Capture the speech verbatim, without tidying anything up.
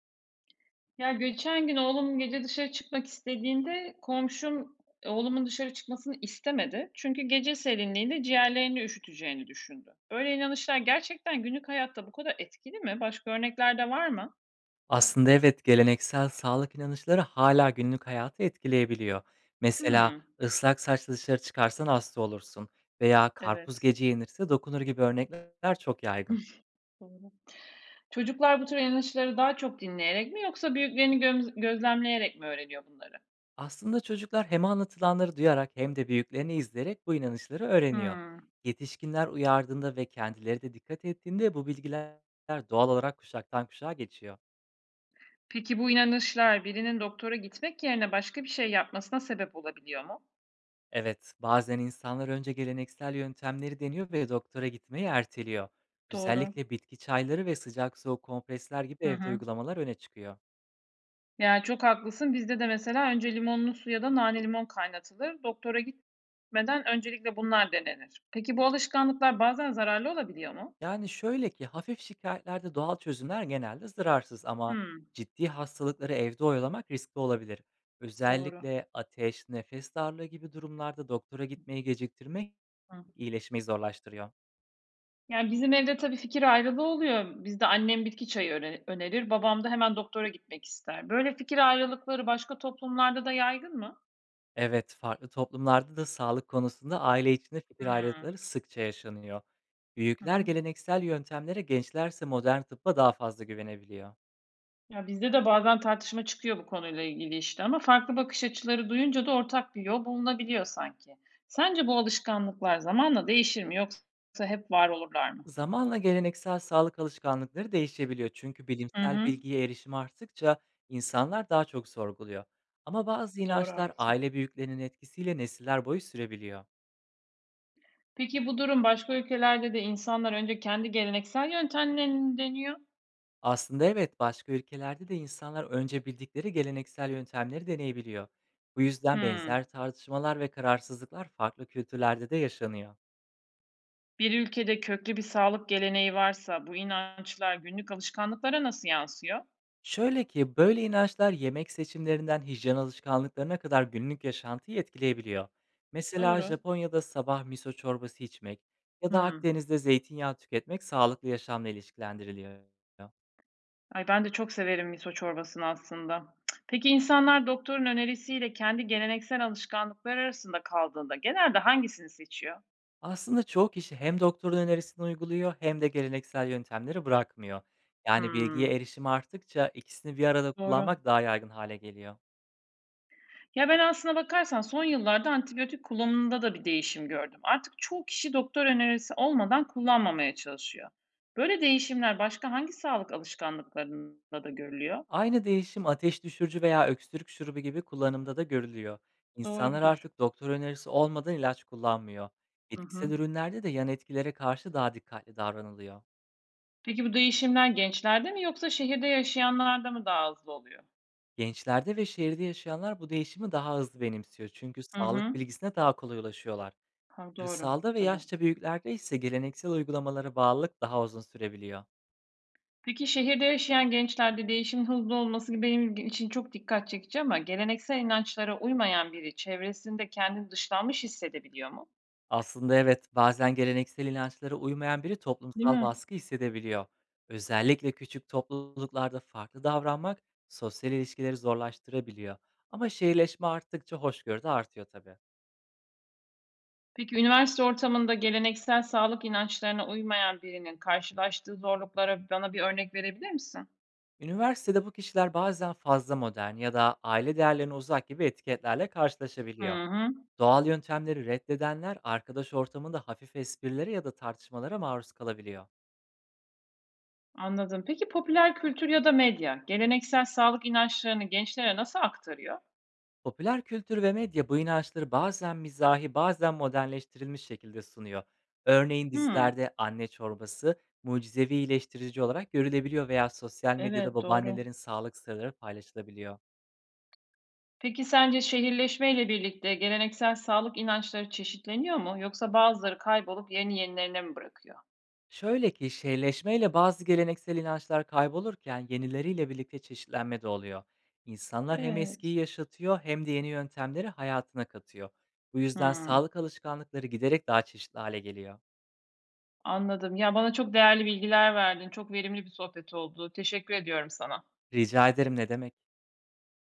Ya, geçen gün oğlum gece dışarı çıkmak istediğinde komşum e, oğlumun dışarı çıkmasını istemedi. Çünkü gece serinliğinde ciğerlerini üşüteceğini düşündü. Böyle inanışlar gerçekten günlük hayatta bu kadar etkili mi? Başka örnekler de var mı? Aslında evet, geleneksel sağlık inanışları hala günlük hayatı etkileyebiliyor. Mesela, Hımm. ıslak saçla dışarı çıkarsan hasta olursun veya karpuz Evet. gece yenirse dokunur gibi örnekler çok yaygın. Doğru. Çocuklar bu tür inanışları daha çok dinleyerek mi yoksa büyüklerini gömz gözlemleyerek mi öğreniyor bunları? Aslında çocuklar hem anlatılanları duyarak hem de büyüklerini izleyerek bu inanışları öğreniyor. Hımm. Yetişkinler uyardığında ve kendileri de dikkat ettiğinde bu bilgiler doğal olarak kuşaktan kuşağa geçiyor. Peki bu inanışlar birinin doktora gitmek yerine başka bir şey yapmasına sebep olabiliyor mu? Evet, bazen insanlar önce geleneksel yöntemleri deniyor ve doktora gitmeyi erteliyor. Doğru. Özellikle bitki çayları ve sıcak soğuk kompresler gibi Hı evde hı. uygulamalar öne çıkıyor. Ya, çok haklısın. Bizde de mesela önce limonlu su ya da nane limon kaynatılır. Doktora gitmeden öncelikle bunlar denenir. Peki bu alışkanlıklar bazen zararlı olabiliyor mu? Yani şöyle ki hafif şikayetlerde doğal çözümler genelde zararsız ama Hımm, ciddi hastalıkları evde oyalamak riskli olabilir. doğru. Özellikle ateş, nefes darlığı gibi durumlarda doktora gitmeyi geciktirmek Hı. iyileşmeyi zorlaştırıyor. Yani, bizim evde tabii fikir ayrılığı oluyor. Bizde annem bitki çayı öne önerir, babam da hemen doktora gitmek ister. Böyle fikir ayrılıkları başka toplumlarda da yaygın mı? Evet, farklı toplumlarda da sağlık konusunda aile içinde fikir Hımm. ayrılıkları sıkça yaşanıyor. Hı Büyükler hı. geleneksel yöntemlere, gençlerse modern tıbba daha fazla güvenebiliyor. Ya, bizde de bazen tartışma çıkıyor bu konuyla ilgili, işte, ama farklı bakış açıları duyunca da ortak bir yol bulunabiliyor sanki. Sence bu alışkanlıklar zamanla değişir mi yoksa hep var olurlar mı? Zamanla geleneksel sağlık alışkanlıkları değişebiliyor çünkü Hı bilimsel hı. bilgiye erişim arttıkça insanlar daha çok sorguluyor. Ama bazı Doğru, inançlar haklısın. aile büyüklerinin etkisiyle nesiller boyu sürebiliyor. Peki bu durum başka ülkelerde de insanlar önce kendi geleneksel yöntemlerini deniyor. Aslında evet, başka ülkelerde de insanlar önce bildikleri geleneksel yöntemleri deneyebiliyor. Bu yüzden benzer Hımm. tartışmalar ve kararsızlıklar farklı kültürlerde de yaşanıyor. Bir ülkede köklü bir sağlık geleneği varsa bu inançlar günlük alışkanlıklara nasıl yansıyor? Şöyle ki böyle inançlar yemek seçimlerinden hijyen alışkanlıklarına kadar günlük yaşantıyı etkileyebiliyor. Mesela Doğru. Japonya'da sabah miso çorbası içmek ya da Hımm. Akdeniz'de zeytinyağı tüketmek sağlıklı yaşamla ilişkilendiriliyor. Ay, ben de çok severim miso çorbasını aslında. Peki insanlar doktorun önerisiyle kendi geleneksel alışkanlıklar arasında kaldığında genelde hangisini seçiyor? Aslında çoğu kişi hem doktorun önerisini uyguluyor hem de geleneksel yöntemleri bırakmıyor. Yani Hımm, bilgiye erişim arttıkça ikisini bir arada doğru. kullanmak daha yaygın hale geliyor. Ya, ben aslına bakarsan son yıllarda antibiyotik kullanımında da bir değişim gördüm. Artık çoğu kişi doktor önerisi olmadan kullanmamaya çalışıyor. Böyle değişimler başka hangi sağlık alışkanlıklarında da görülüyor? Aynı değişim ateş düşürücü veya öksürük şurubu gibi kullanımda da görülüyor. İnsanlar Doğrudur. artık doktor önerisi olmadan ilaç kullanmıyor. Hı Bitkisel hı. ürünlerde de yan etkilere karşı daha dikkatli davranılıyor. Peki bu değişimler gençlerde mi yoksa şehirde yaşayanlarda mı daha hızlı oluyor? Gençlerde ve şehirde yaşayanlar bu değişimi daha hızlı benimsiyor çünkü Hı sağlık hı. bilgisine daha kolay ulaşıyorlar. Ha, doğru, Kırsalda ve tabii. yaşça büyüklerde ise geleneksel uygulamalara bağlılık daha uzun sürebiliyor. Peki şehirde yaşayan gençlerde değişimin hızlı olması benim için çok dikkat çekici ama geleneksel inançlara uymayan biri çevresinde kendini dışlanmış hissedebiliyor mu? Aslında evet, bazen geleneksel inançlara uymayan biri Değil toplumsal mi? baskı hissedebiliyor. Özellikle küçük topluluklarda farklı davranmak sosyal ilişkileri zorlaştırabiliyor. Ama şehirleşme arttıkça hoşgörü de artıyor tabii. Peki üniversite ortamında geleneksel sağlık inançlarına uymayan birinin karşılaştığı zorluklara bana bir örnek verebilir misin? Üniversitede bu kişiler bazen fazla modern ya da aile değerlerine uzak gibi etiketlerle Hı karşılaşabiliyor. hı, Doğal yöntemleri reddedenler arkadaş ortamında hafif esprilere ya da tartışmalara maruz kalabiliyor. anladım. Peki popüler kültür ya da medya geleneksel sağlık inançlarını gençlere nasıl aktarıyor? Popüler kültür ve medya bu inançları bazen mizahi, bazen modernleştirilmiş şekilde sunuyor. Örneğin Hı, dizilerde anne çorbası mucizevi iyileştirici olarak görülebiliyor veya sosyal medyada evet, doğru. babaannelerin sağlık sırları paylaşılabiliyor. Peki sence şehirleşmeyle birlikte geleneksel sağlık inançları çeşitleniyor mu yoksa bazıları kaybolup yerini yenilerine mi bırakıyor? Şöyle ki şehirleşmeyle bazı geleneksel inançlar kaybolurken yenileriyle birlikte çeşitlenme de oluyor. İnsanlar hem Evet. eskiyi yaşatıyor hem de yeni yöntemleri hayatına katıyor. Bu yüzden Hımm. sağlık alışkanlıkları giderek daha çeşitli hale geliyor. Anladım. Ya, bana çok değerli bilgiler verdin. Çok verimli bir sohbet oldu. Teşekkür ediyorum sana. Rica ederim, ne demek.